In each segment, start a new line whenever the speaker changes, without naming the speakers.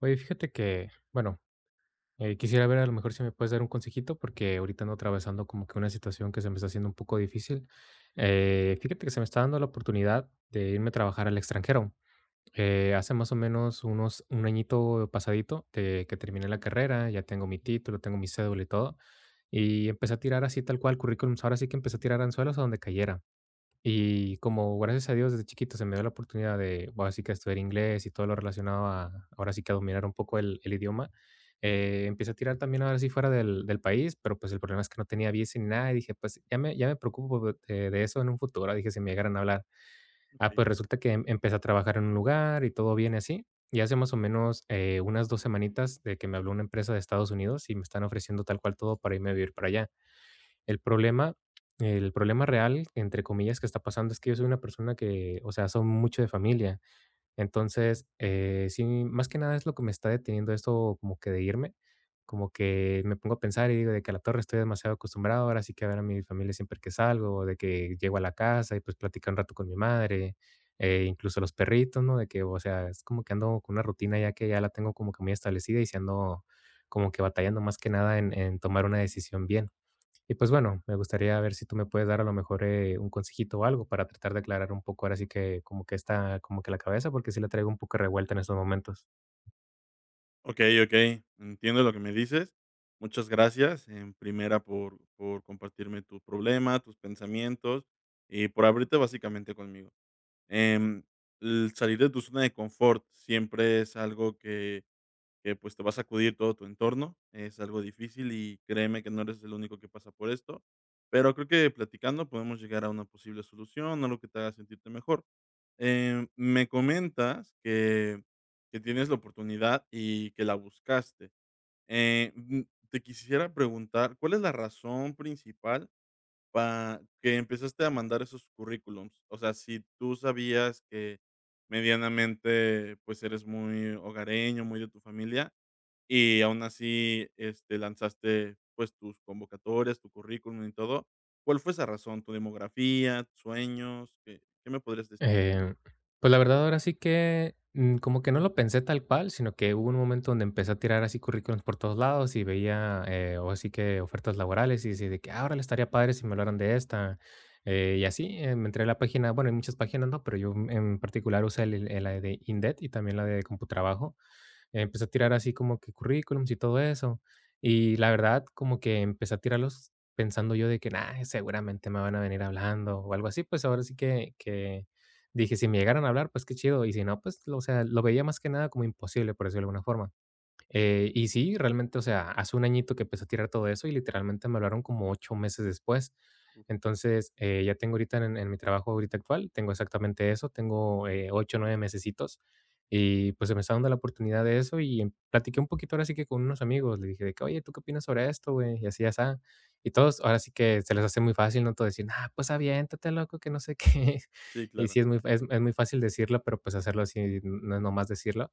Oye, fíjate que, bueno, quisiera ver a lo mejor si me puedes dar un consejito, porque ahorita ando atravesando como que una situación que se me está haciendo un poco difícil. Fíjate que se me está dando la oportunidad de irme a trabajar al extranjero. Hace más o menos unos un añito pasadito de que terminé la carrera, ya tengo mi título, tengo mi cédula y todo, y empecé a tirar así tal cual currículums. Ahora sí que empecé a tirar anzuelos a donde cayera. Y como gracias a Dios desde chiquito se me dio la oportunidad de, bueno, así que estudiar inglés y todo lo relacionado a, ahora sí que a dominar un poco el idioma, empecé a tirar también ahora sí fuera del país, pero pues el problema es que no tenía visa ni nada y dije, pues ya me preocupo de eso en un futuro, dije, si me llegaran a hablar. Ah,
Okey.
pues resulta que empecé a trabajar en un lugar y todo viene así. Y hace más o menos unas dos semanitas de que me habló una empresa de Estados Unidos y me están ofreciendo tal cual todo para irme a vivir para allá. El problema el problema real, entre comillas, que está pasando es que yo soy una persona que, o sea, son mucho de familia. Entonces, sí, más que nada es lo que me está deteniendo esto como que de irme, como que me pongo a pensar y digo de que a la torre estoy demasiado acostumbrado, ahora sí que a ver a mi familia siempre que salgo, de que llego a la casa y pues platico un rato con mi madre, incluso los perritos, ¿no? De que, o sea, es como que ando con una rutina ya que ya la tengo como que muy establecida y si ando como que batallando más que nada en tomar una decisión bien. Y pues bueno, me gustaría ver si tú me puedes dar a lo mejor un consejito o algo para tratar de aclarar un poco ahora sí que como que está como que la cabeza, porque sí la traigo un poco revuelta en estos momentos.
Okey, okey. Entiendo lo que me dices. Muchas gracias, en primera, por compartirme tu problema, tus pensamientos y por abrirte básicamente conmigo. Em, el salir de tu zona de confort siempre es algo que, pues, te va a sacudir todo tu entorno. Es algo difícil y créeme que no eres el único que pasa por esto, pero creo que platicando podemos llegar a una posible solución, algo que te haga sentirte mejor. Me comentas que tienes la oportunidad y que la buscaste. Eh, mm, Te quisiera preguntar, ¿cuál es la razón principal para que empezaste a mandar esos currículums? O sea, si tú sabías que medianamente, pues, eres muy hogareño, muy de tu familia, y aún así, este, lanzaste, pues, tus convocatorias, tu currículum y todo. ¿Cuál fue esa razón? ¿Tu demografía, sueños? ¿Qué me podrías decir?
Eh, pues la verdad ahora sí que como que no lo pensé tal cual, sino que hubo un momento donde empecé a tirar así currículums por todos lados y veía o así que ofertas laborales y decía de que ahora le estaría padre si me hablaran de esta. Y así Me entré a la página, bueno, hay muchas páginas, ¿no? Pero yo en particular usé la de Indeed y también la de Computrabajo. Empecé a tirar así como que currículums y todo eso. Y la verdad, como que empecé a tirarlos pensando yo de que, nah, seguramente me van a venir hablando o algo así. Pues ahora sí que dije, si me llegaran a hablar, pues qué chido. Y si no, pues, o sea, lo veía más que nada como imposible, por decirlo de alguna forma. Y sí, realmente, o sea, hace un añito que empecé a tirar todo eso y literalmente me hablaron como 8 meses después. Entonces, ya tengo ahorita en mi trabajo ahorita actual, tengo exactamente eso, tengo, 8, 9 mesecitos. Y, pues, se me está dando la oportunidad de eso y platiqué un poquito ahora sí que con unos amigos, le dije de que: "Oye, ¿tú qué opinas sobre esto, güey?", y así ya está. Y todos ahora sí que se les hace muy fácil, ¿no? Todo decir: "Ah, pues aviéntate, loco, que no sé qué".
Sí,
Y
claro.
sí, es muy fácil decirlo, pero, pues, hacerlo así, no es nomás decirlo.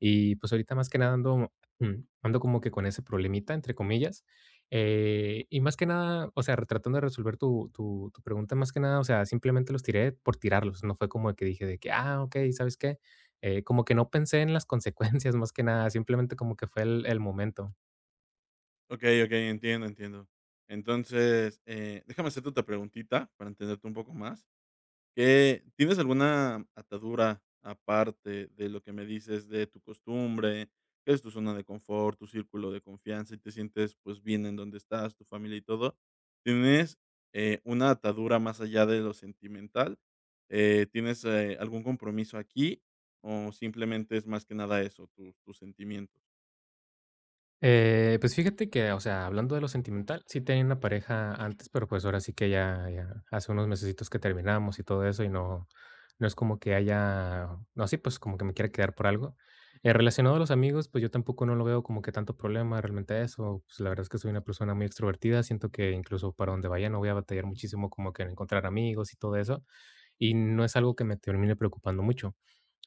Y, pues, ahorita más que nada ando. Ando como que con ese problemita, entre comillas. Y más que nada, o sea, tratando de resolver tu pregunta, más que nada, o sea, simplemente los tiré por tirarlos. No fue como que dije de que, ah, ok, ¿sabes qué? Como que no pensé en las consecuencias, más que nada, simplemente como que fue el momento.
Okey, okey, entiendo, entiendo. Entonces, déjame hacerte otra preguntita para entenderte un poco más. ¿Tienes alguna atadura aparte de lo que me dices de tu costumbre, que es tu zona de confort, tu círculo de confianza y te sientes, pues, bien en donde estás, tu familia y todo? ¿Tienes, una atadura más allá de lo sentimental? ¿Tienes, algún compromiso aquí o simplemente es más que nada eso, tus sentimientos?
Pues fíjate que, o sea, hablando de lo sentimental, sí tenía una pareja antes, pero pues ahora sí que ya hace unos mesecitos que terminamos y todo eso, y no, no es como que haya, no, sí, pues como que me quiera quedar por algo. Relacionado a los amigos, pues yo tampoco no lo veo como que tanto problema realmente eso. Pues la verdad es que soy una persona muy extrovertida, siento que incluso para donde vaya no voy a batallar muchísimo como que en encontrar amigos y todo eso, y no es algo que me termine preocupando mucho.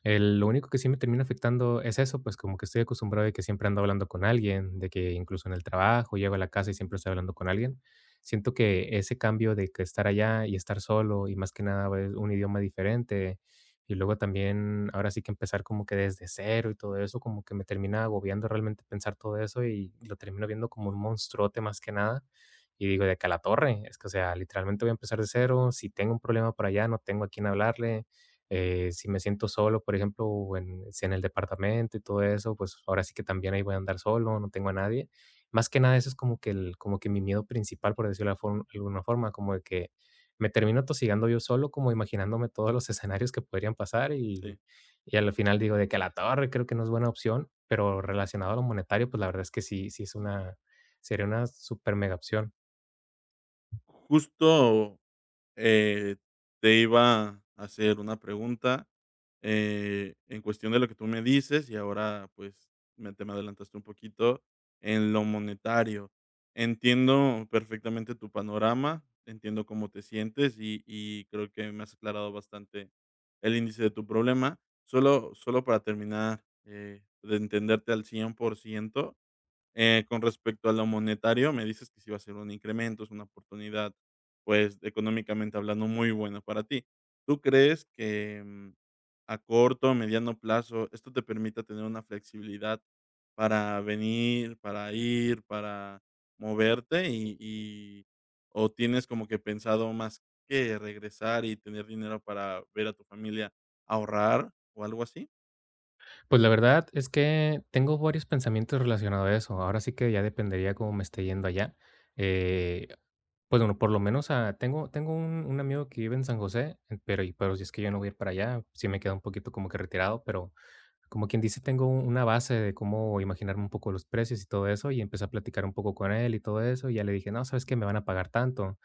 El Lo único que sí me termina afectando es eso, pues, como que estoy acostumbrado de que siempre ando hablando con alguien, de que incluso en el trabajo, llego a la casa y siempre estoy hablando con alguien. Siento que ese cambio de que estar allá y estar solo, y más que nada ver un idioma diferente, y luego también ahora sí que empezar como que desde cero y todo eso, como que me termina agobiando realmente pensar todo eso y lo termino viendo como un monstruote más que nada. Y digo, de que a la torre, es que, o sea, literalmente voy a empezar de cero, si tengo un problema por allá, no tengo a quién hablarle, si me siento solo, por ejemplo, si en el departamento y todo eso, pues ahora sí que también ahí voy a andar solo, no tengo a nadie. Más que nada, eso es como que, como que mi miedo principal, por decirlo de alguna forma, como de que me termino tosigando yo solo, como imaginándome todos los escenarios que podrían pasar
Sí.
y al final digo de que a la torre creo que no es buena opción, pero relacionado a lo monetario, pues la verdad es que sí, sería una super mega opción.
Justo Eh, te iba a hacer una pregunta, en cuestión de lo que tú me dices, y ahora, pues, me adelantaste un poquito en lo monetario. Entiendo perfectamente tu panorama, entiendo cómo te sientes, y creo que me has aclarado bastante el índice de tu problema. Solo para terminar, de entenderte al 100% con respecto a lo monetario, me dices que si va a ser un incremento, es una oportunidad, pues, económicamente hablando, muy buena para ti. ¿Tú crees que a corto o mediano plazo esto te permita tener una flexibilidad para venir, para ir, para moverte? Y- ¿O tienes como que pensado más que regresar y tener dinero para ver a tu familia ahorrar o algo así?
Pues la verdad es que tengo varios pensamientos relacionados a eso. Ahora sí que ya dependería cómo me esté yendo allá. Eh, pues bueno, por lo menos tengo un amigo que vive en San José, pero, pero si es que yo no voy a ir para allá, sí me queda un poquito como que retirado, pero como quien dice, tengo una base de cómo imaginarme un poco los precios y todo eso, y empecé a platicar un poco con él y todo eso, y ya le dije, no, sabes que me van a pagar tanto.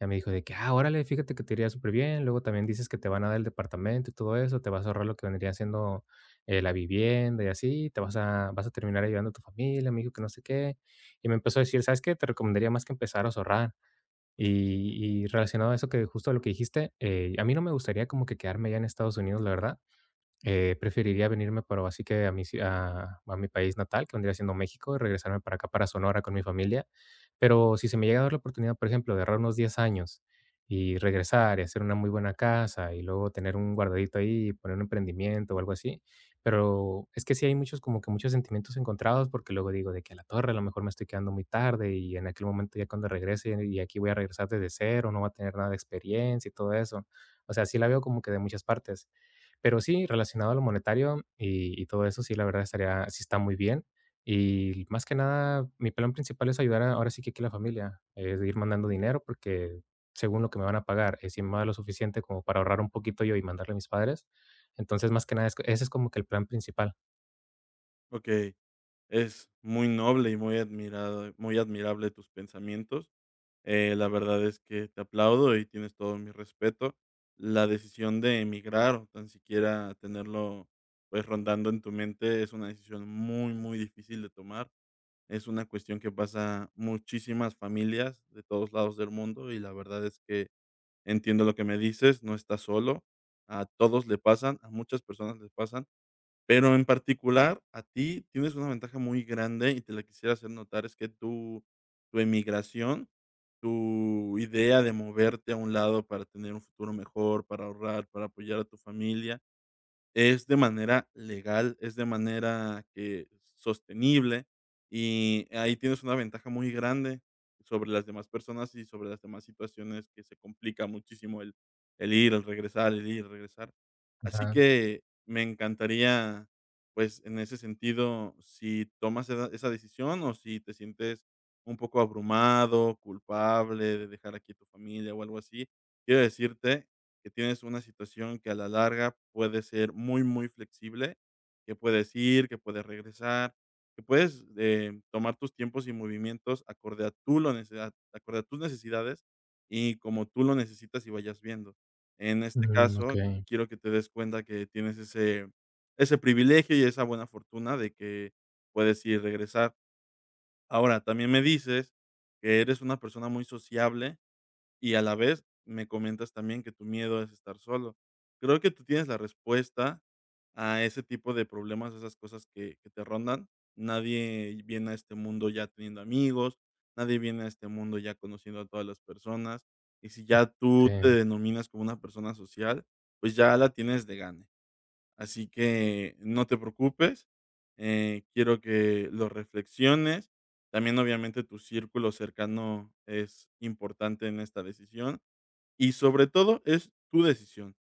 Ya me dijo de que: "Ah, órale, fíjate que te iría súper bien. Luego también dices que te van a dar el departamento y todo eso, te vas a ahorrar lo que vendría siendo, la vivienda y así, te vas a vas a terminar ayudando a tu familia", me dijo que no sé qué. Y me empezó a decir: "¿Sabes qué? Te recomendaría más que empezar a ahorrar". Y relacionado a eso que justo lo que dijiste, a mí no me gustaría como que quedarme allá en Estados Unidos, la verdad. Preferiría venirme, pero así que a mi ci a mi país natal, que vendría siendo México, y regresarme para acá, para Sonora con mi familia. Pero si se me llega a dar la oportunidad, por ejemplo, de ahorrar unos 10 años y regresar y hacer una muy buena casa y luego tener un guardadito ahí y poner un emprendimiento o algo así. Pero es que sí hay muchos como que muchos sentimientos encontrados, porque luego digo de que a la torre a lo mejor me estoy quedando muy tarde y en aquel momento ya cuando regrese y aquí voy a regresar desde cero, no va a tener nada de experiencia y todo eso. O sea, sí la veo como que de muchas partes. Pero sí, relacionado a lo monetario y todo eso, sí, la verdad estaría sí está muy bien. Y más que nada, mi plan principal es ayudar a ahora sí que aquí a la familia, es ir mandando dinero, porque según lo que me van a pagar, es sí me va lo suficiente como para ahorrar un poquito yo y mandarle a mis padres. Entonces, más que nada, es como que el plan principal.
Ok. Es muy noble y muy admirable tus pensamientos. La verdad es que te aplaudo y tienes todo mi respeto. La decisión de emigrar o tan siquiera tenerlo, pues, rondando en tu mente es una decisión muy, muy difícil de tomar. Es una cuestión que pasa muchísimas familias de todos lados del mundo, y la verdad es que entiendo lo que me dices, no estás solo, a todos le pasan, a muchas personas les pasan. Pero en particular, a ti tienes una ventaja muy grande y te la quisiera hacer notar, es que tu emigración, tu idea de moverte a un lado para tener un futuro mejor, para ahorrar, para apoyar a tu familia, es de manera legal, es de manera que sostenible y ahí tienes una ventaja muy grande sobre las demás personas y sobre las demás situaciones que se complica muchísimo el ir, el regresar, el ir, regresar. Así
Ajá.
que me encantaría, pues en ese sentido, si tomas esa decisión o si te sientes un poco abrumado, culpable de dejar aquí a tu familia o algo así, quiero decirte que tienes una situación que a la larga puede ser muy, muy flexible, que puedes ir, que puedes regresar, que puedes tomar tus tiempos y movimientos acorde a tus necesidades y como tú lo necesitas y vayas viendo. En este
Mm,
caso,
okey.
quiero que te des cuenta que tienes ese privilegio y esa buena fortuna de que puedes ir y regresar. Ahora, también me dices que eres una persona muy sociable y a la vez, me comentas también que tu miedo es estar solo. Creo que tú tienes la respuesta a ese tipo de problemas, a esas cosas que te rondan. Nadie viene a este mundo ya teniendo amigos, nadie viene a este mundo ya conociendo a todas las personas. Y si ya tú te
Sí.
denominas como una persona social, pues ya la tienes de gane. Así que no te preocupes, quiero que lo reflexiones. También, obviamente, tu círculo cercano es importante en esta decisión y, sobre todo, es tu decisión.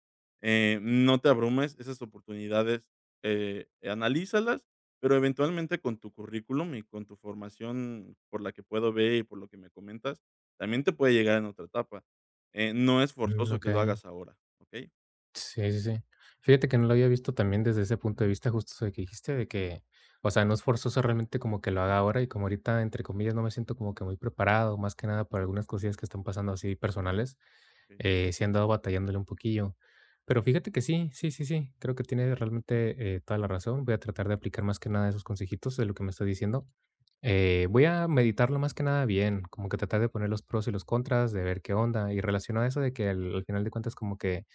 No te abrumes, esas oportunidades analízalas, pero eventualmente con tu currículum y con tu formación por la que puedo ver y por lo que me comentas, también te puede llegar en otra etapa. No es
Mm,
forzoso que lo
okey.
hagas ahora, ¿ok?
Sí, sí, sí. Fíjate que no lo había visto también desde ese punto de vista, justo eso que dijiste, de que, o sea, no es forzoso realmente como que lo haga ahora y como ahorita, entre comillas, no me siento como que muy preparado, más que nada por algunas cosillas que están pasando así personales,
Ok,
sí he andado batallándole un poquillo. Pero fíjate que sí, creo que tiene realmente toda la razón. Voy a tratar de aplicar más que nada esos consejitos de lo que me estás diciendo. Voy a meditarlo más que nada bien, como que tratar de poner los pros y los contras, de ver qué onda. Y relacionado a eso de que al final de cuentas como que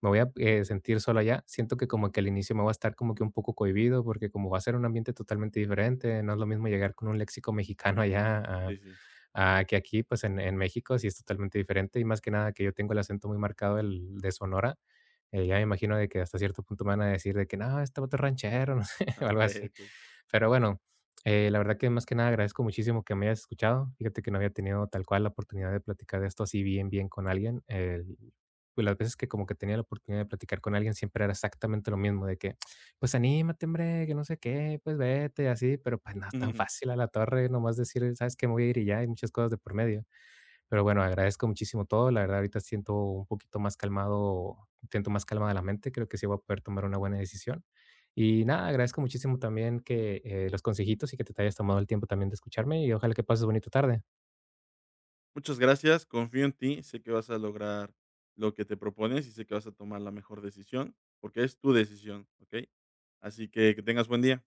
me voy a sentir solo allá. Siento que como que al inicio me voy a estar como que un poco cohibido porque como va a ser un ambiente totalmente diferente, no es lo mismo llegar con un léxico mexicano allá
sí,
a,
sí.
Ah, que aquí, pues, en México sí es totalmente diferente, y más que nada que yo tengo el acento muy marcado del de Sonora, ya me imagino de que hasta cierto punto me van a decir de que: "No, este vato es ranchero", no sé, o
Ok,
algo así.
ok.
Pero bueno, la verdad que más que nada agradezco muchísimo que me hayas escuchado. Fíjate que no había tenido tal cual la oportunidad de platicar de esto así bien, bien con alguien. El Pues, las veces que como que tenía la oportunidad de platicar con alguien siempre era exactamente lo mismo, de que: pues anímate, hombre, que no sé qué, pues vete, y así, pero pues no es tan fácil a la torre, nomás decir, sabes que me voy a ir y ya, hay muchas cosas de por medio. Pero bueno, agradezco muchísimo todo, la verdad ahorita siento un poquito más calmado, siento más calmada la mente, creo que sí voy a poder tomar una buena decisión. Y nada, agradezco muchísimo también que los consejitos y que te hayas tomado el tiempo también de escucharme y ojalá que pases bonita tarde.
Muchas gracias, confío en ti, sé que vas a lograr lo que te propones y sé que vas a tomar la mejor decisión, porque es tu decisión, ¿ok? Así que tengas buen día.